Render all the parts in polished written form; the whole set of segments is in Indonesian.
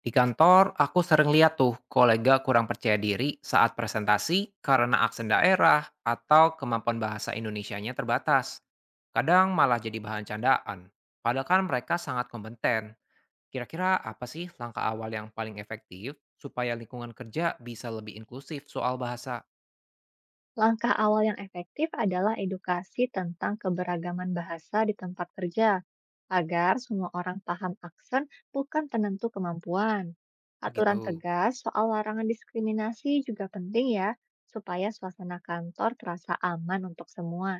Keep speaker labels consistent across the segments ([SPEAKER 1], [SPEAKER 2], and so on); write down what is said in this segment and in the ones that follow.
[SPEAKER 1] Di kantor, aku sering lihat tuh kolega kurang percaya diri saat presentasi karena aksen daerah atau kemampuan bahasa Indonesianya terbatas. Kadang malah jadi bahan candaan. Padahal kan mereka sangat kompeten. Kira-kira apa sih langkah awal yang paling efektif supaya lingkungan kerja bisa lebih inklusif soal bahasa?
[SPEAKER 2] Langkah awal yang efektif adalah edukasi tentang keberagaman bahasa di tempat kerja, agar semua orang paham aksen bukan penentu kemampuan. Aturan
[SPEAKER 1] Begitu.
[SPEAKER 2] tegas soal larangan diskriminasi juga penting ya, supaya suasana kantor terasa aman untuk semua.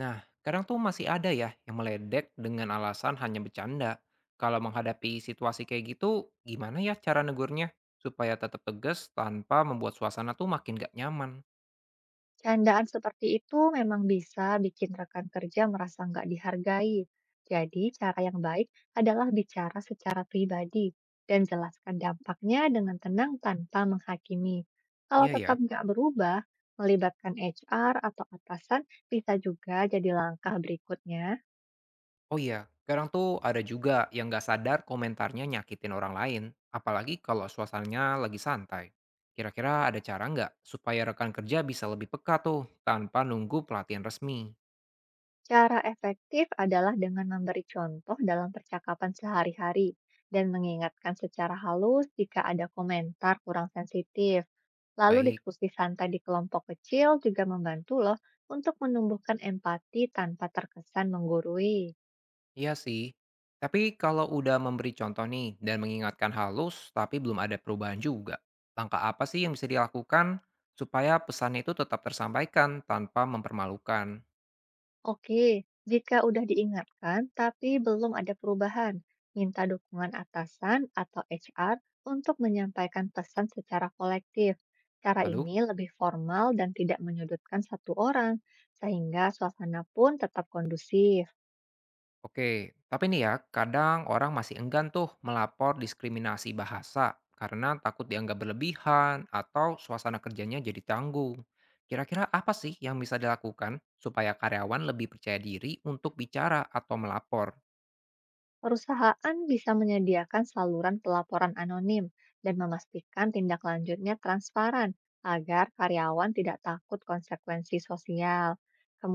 [SPEAKER 1] Nah, kadang tuh masih ada ya yang meledek dengan alasan hanya bercanda. Kalau menghadapi situasi kayak gitu, gimana ya cara negurnya? Supaya tetap tegas tanpa membuat suasana tuh makin gak nyaman.
[SPEAKER 2] Candaan seperti itu memang bisa bikin rekan kerja merasa nggak dihargai. Jadi, cara yang baik adalah bicara secara pribadi dan jelaskan dampaknya dengan tenang tanpa menghakimi. Kalau
[SPEAKER 1] Iya
[SPEAKER 2] tetap
[SPEAKER 1] ya.
[SPEAKER 2] nggak berubah, melibatkan HR atau atasan bisa juga jadi langkah berikutnya.
[SPEAKER 1] Oh iya, kadang tuh ada juga yang gak sadar komentarnya nyakitin orang lain. Apalagi kalau suasananya lagi santai. Kira-kira ada cara nggak supaya rekan kerja bisa lebih peka tuh tanpa nunggu pelatihan resmi?
[SPEAKER 2] Cara efektif adalah dengan memberi contoh dalam percakapan sehari-hari dan mengingatkan secara halus jika ada komentar kurang sensitif. Lalu
[SPEAKER 1] Baik.
[SPEAKER 2] diskusi santai di kelompok kecil juga membantu loh untuk menumbuhkan empati tanpa terkesan menggurui.
[SPEAKER 1] Iya sih. Tapi kalau udah memberi contoh nih dan mengingatkan halus tapi belum ada perubahan juga, langkah apa sih yang bisa dilakukan supaya pesan itu tetap tersampaikan tanpa mempermalukan?
[SPEAKER 2] Oke, jika udah diingatkan tapi belum ada perubahan, minta dukungan atasan atau HR untuk menyampaikan pesan secara kolektif. Cara
[SPEAKER 1] Lalu,
[SPEAKER 2] ini lebih formal dan tidak menyudutkan satu orang, sehingga suasana pun tetap kondusif.
[SPEAKER 1] oke, tapi nih ya, kadang orang masih enggan tuh melapor diskriminasi bahasa karena takut dianggap berlebihan atau suasana kerjanya jadi tanggung. Kira-kira apa sih yang bisa dilakukan supaya karyawan lebih percaya diri untuk bicara atau melapor?
[SPEAKER 2] Perusahaan bisa menyediakan saluran pelaporan anonim dan memastikan tindak lanjutnya transparan agar karyawan tidak takut konsekuensi sosial.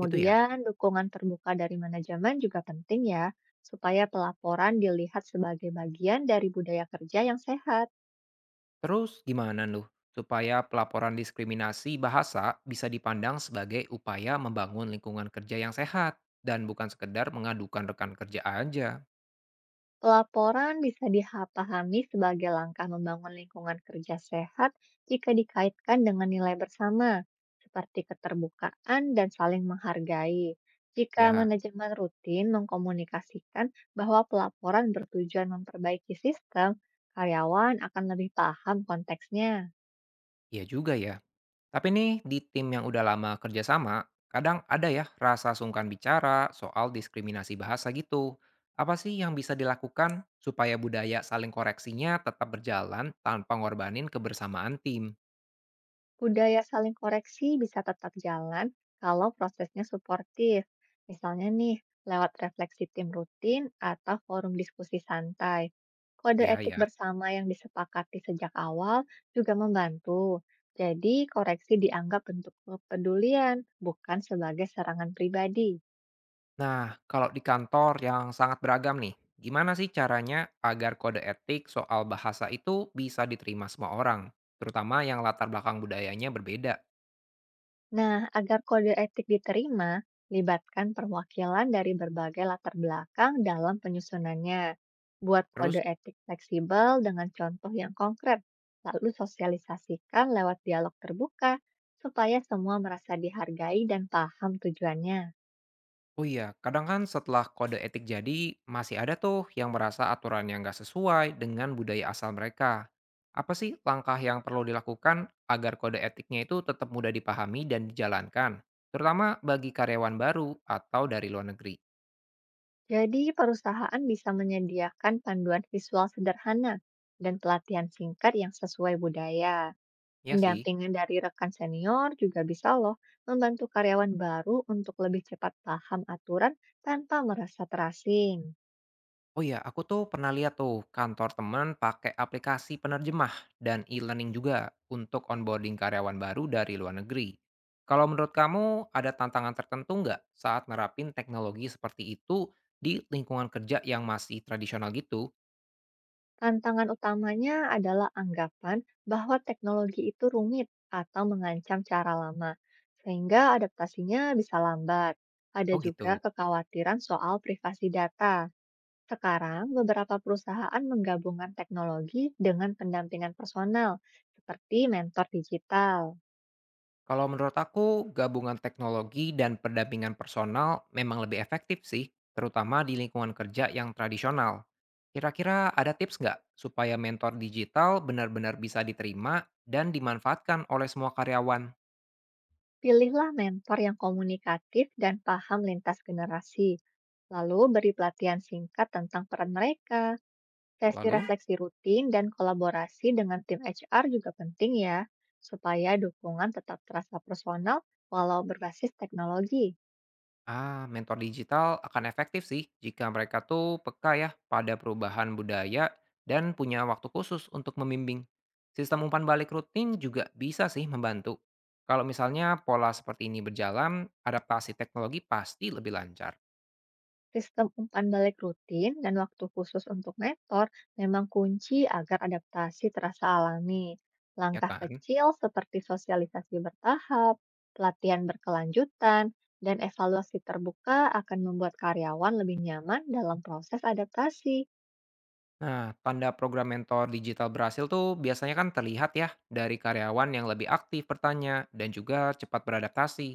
[SPEAKER 1] Gitu ya.
[SPEAKER 2] dukungan terbuka dari manajemen juga penting ya, supaya pelaporan dilihat sebagai bagian dari budaya kerja yang sehat.
[SPEAKER 1] Terus gimana lu supaya pelaporan diskriminasi bahasa bisa dipandang sebagai upaya membangun lingkungan kerja yang sehat dan bukan sekedar mengadukan rekan kerja aja?
[SPEAKER 2] Laporan bisa dipahami sebagai langkah membangun lingkungan kerja sehat jika dikaitkan dengan nilai bersama, seperti keterbukaan dan saling menghargai. Jika
[SPEAKER 1] Ya,
[SPEAKER 2] manajemen rutin mengkomunikasikan bahwa pelaporan bertujuan memperbaiki sistem, karyawan akan lebih paham konteksnya.
[SPEAKER 1] iya juga ya. Tapi nih di tim yang udah lama kerjasama, kadang ada ya rasa sungkan bicara soal diskriminasi bahasa gitu. Apa sih yang bisa dilakukan supaya budaya saling koreksinya tetap berjalan tanpa ngorbanin kebersamaan tim?
[SPEAKER 2] Budaya saling koreksi bisa tetap jalan kalau prosesnya suportif. Misalnya nih, lewat refleksi tim rutin atau forum diskusi santai. Kode
[SPEAKER 1] Iya
[SPEAKER 2] etik
[SPEAKER 1] ya.
[SPEAKER 2] bersama yang disepakati sejak awal juga membantu. Jadi, koreksi dianggap bentuk kepedulian, bukan sebagai serangan pribadi.
[SPEAKER 1] Nah, kalau di kantor yang sangat beragam nih, gimana sih caranya agar kode etik soal bahasa itu bisa diterima semua orang, terutama yang latar belakang budayanya berbeda?
[SPEAKER 2] Nah, agar kode etik diterima, libatkan perwakilan dari berbagai latar belakang dalam penyusunannya. Buat kode
[SPEAKER 1] Terus,
[SPEAKER 2] etik fleksibel dengan contoh yang konkret, lalu sosialisasikan lewat dialog terbuka supaya semua merasa dihargai dan paham tujuannya.
[SPEAKER 1] oh iya, kadang kan setelah kode etik jadi, masih ada tuh yang merasa aturan yang nggak sesuai dengan budaya asal mereka. Apa sih langkah yang perlu dilakukan agar kode etiknya itu tetap mudah dipahami dan dijalankan, terutama bagi karyawan baru atau dari luar negeri?
[SPEAKER 2] Jadi, perusahaan bisa menyediakan panduan visual sederhana dan pelatihan singkat yang sesuai budaya.
[SPEAKER 1] Ya sih.
[SPEAKER 2] Pendampingan dari rekan senior juga bisa loh membantu karyawan baru untuk lebih cepat paham aturan tanpa merasa terasing.
[SPEAKER 1] Oh iya, aku tuh pernah lihat tuh kantor teman pakai aplikasi penerjemah dan e-learning juga untuk onboarding karyawan baru dari luar negeri. Kalau menurut kamu ada tantangan tertentu nggak saat nerapin teknologi seperti itu di lingkungan kerja yang masih tradisional gitu?
[SPEAKER 2] Tantangan utamanya adalah anggapan bahwa teknologi itu rumit atau mengancam cara lama, sehingga adaptasinya bisa lambat. Ada
[SPEAKER 1] Oh
[SPEAKER 2] juga
[SPEAKER 1] gitu.
[SPEAKER 2] kekhawatiran soal privasi data. Sekarang, beberapa perusahaan menggabungkan teknologi dengan pendampingan personal, seperti mentor digital.
[SPEAKER 1] Kalau menurut aku, gabungan teknologi dan pendampingan personal memang lebih efektif sih, terutama di lingkungan kerja yang tradisional. Kira-kira ada tips nggak supaya mentor digital benar-benar bisa diterima dan dimanfaatkan oleh semua karyawan?
[SPEAKER 2] Pilihlah mentor yang komunikatif dan paham lintas generasi. Lalu beri pelatihan singkat tentang peran mereka, sesi
[SPEAKER 1] Lalu?
[SPEAKER 2] refleksi rutin, dan kolaborasi dengan tim HR juga penting ya, supaya dukungan tetap terasa personal walau berbasis teknologi.
[SPEAKER 1] Ah, mentor digital akan efektif sih jika mereka tuh peka ya pada perubahan budaya dan punya waktu khusus untuk membimbing. Sistem umpan balik rutin juga bisa sih membantu. Kalau misalnya pola seperti ini berjalan, adaptasi teknologi pasti lebih lancar,
[SPEAKER 2] Sistem umpan balik rutin dan waktu khusus untuk mentor memang kunci agar adaptasi terasa alami.
[SPEAKER 1] ya
[SPEAKER 2] Langkah
[SPEAKER 1] kan?
[SPEAKER 2] kecil seperti sosialisasi bertahap, pelatihan berkelanjutan, dan evaluasi terbuka akan membuat karyawan lebih nyaman dalam proses adaptasi.
[SPEAKER 1] Nah, tanda program mentor digital berhasil tuh biasanya kan terlihat ya dari karyawan yang lebih aktif bertanya dan juga cepat beradaptasi.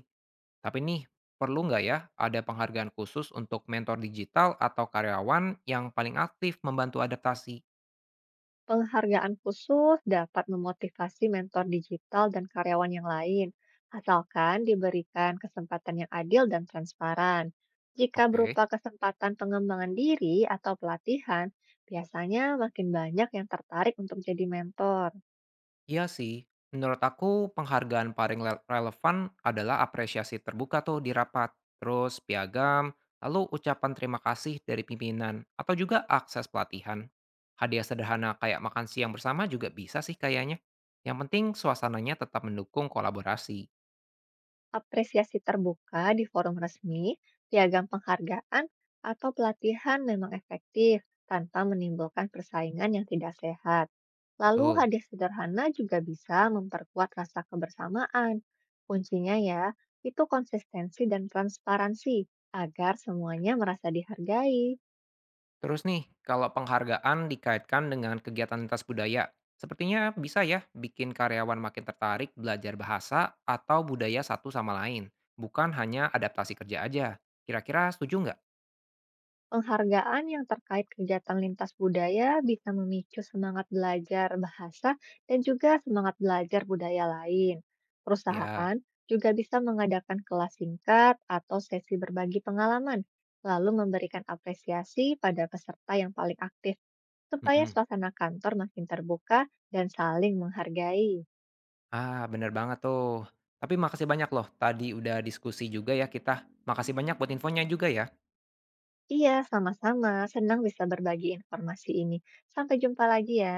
[SPEAKER 1] Tapi nih, perlu nggak ya ada penghargaan khusus untuk mentor digital atau karyawan yang paling aktif membantu adaptasi?
[SPEAKER 2] Penghargaan khusus dapat memotivasi mentor digital dan karyawan yang lain, asalkan diberikan kesempatan yang adil dan transparan. Jika
[SPEAKER 1] Oke,
[SPEAKER 2] berupa kesempatan pengembangan diri atau pelatihan, biasanya makin banyak yang tertarik untuk jadi mentor.
[SPEAKER 1] iya sih, menurut aku penghargaan paling relevan adalah apresiasi terbuka tuh di rapat, terus piagam, lalu ucapan terima kasih dari pimpinan, atau juga akses pelatihan. Hadiah sederhana kayak makan siang bersama juga bisa sih kayaknya. Yang penting suasananya tetap mendukung kolaborasi.
[SPEAKER 2] Apresiasi terbuka di forum resmi, piagam penghargaan, atau pelatihan memang efektif tanpa menimbulkan persaingan yang tidak sehat. Lalu
[SPEAKER 1] Betul.
[SPEAKER 2] hadiah sederhana juga bisa memperkuat rasa kebersamaan. Kuncinya ya, itu konsistensi dan transparansi agar semuanya merasa dihargai.
[SPEAKER 1] Terus nih, kalau penghargaan dikaitkan dengan kegiatan lintas budaya, sepertinya bisa ya bikin karyawan makin tertarik belajar bahasa atau budaya satu sama lain, bukan hanya adaptasi kerja aja. Kira-kira setuju nggak?
[SPEAKER 2] Penghargaan yang terkait kegiatan lintas budaya bisa memicu semangat belajar bahasa dan juga semangat belajar budaya lain.
[SPEAKER 1] Ya,
[SPEAKER 2] Perusahaan juga bisa mengadakan kelas singkat atau sesi berbagi pengalaman, lalu memberikan apresiasi pada peserta yang paling aktif, supaya
[SPEAKER 1] mm-mm.
[SPEAKER 2] suasana kantor makin terbuka dan saling menghargai.
[SPEAKER 1] Ah bener banget tuh. Tapi makasih banyak loh, tadi udah diskusi juga ya kita. Makasih banyak buat infonya juga ya.
[SPEAKER 2] Iya, sama-sama. Senang bisa berbagi informasi ini. Sampai jumpa lagi ya.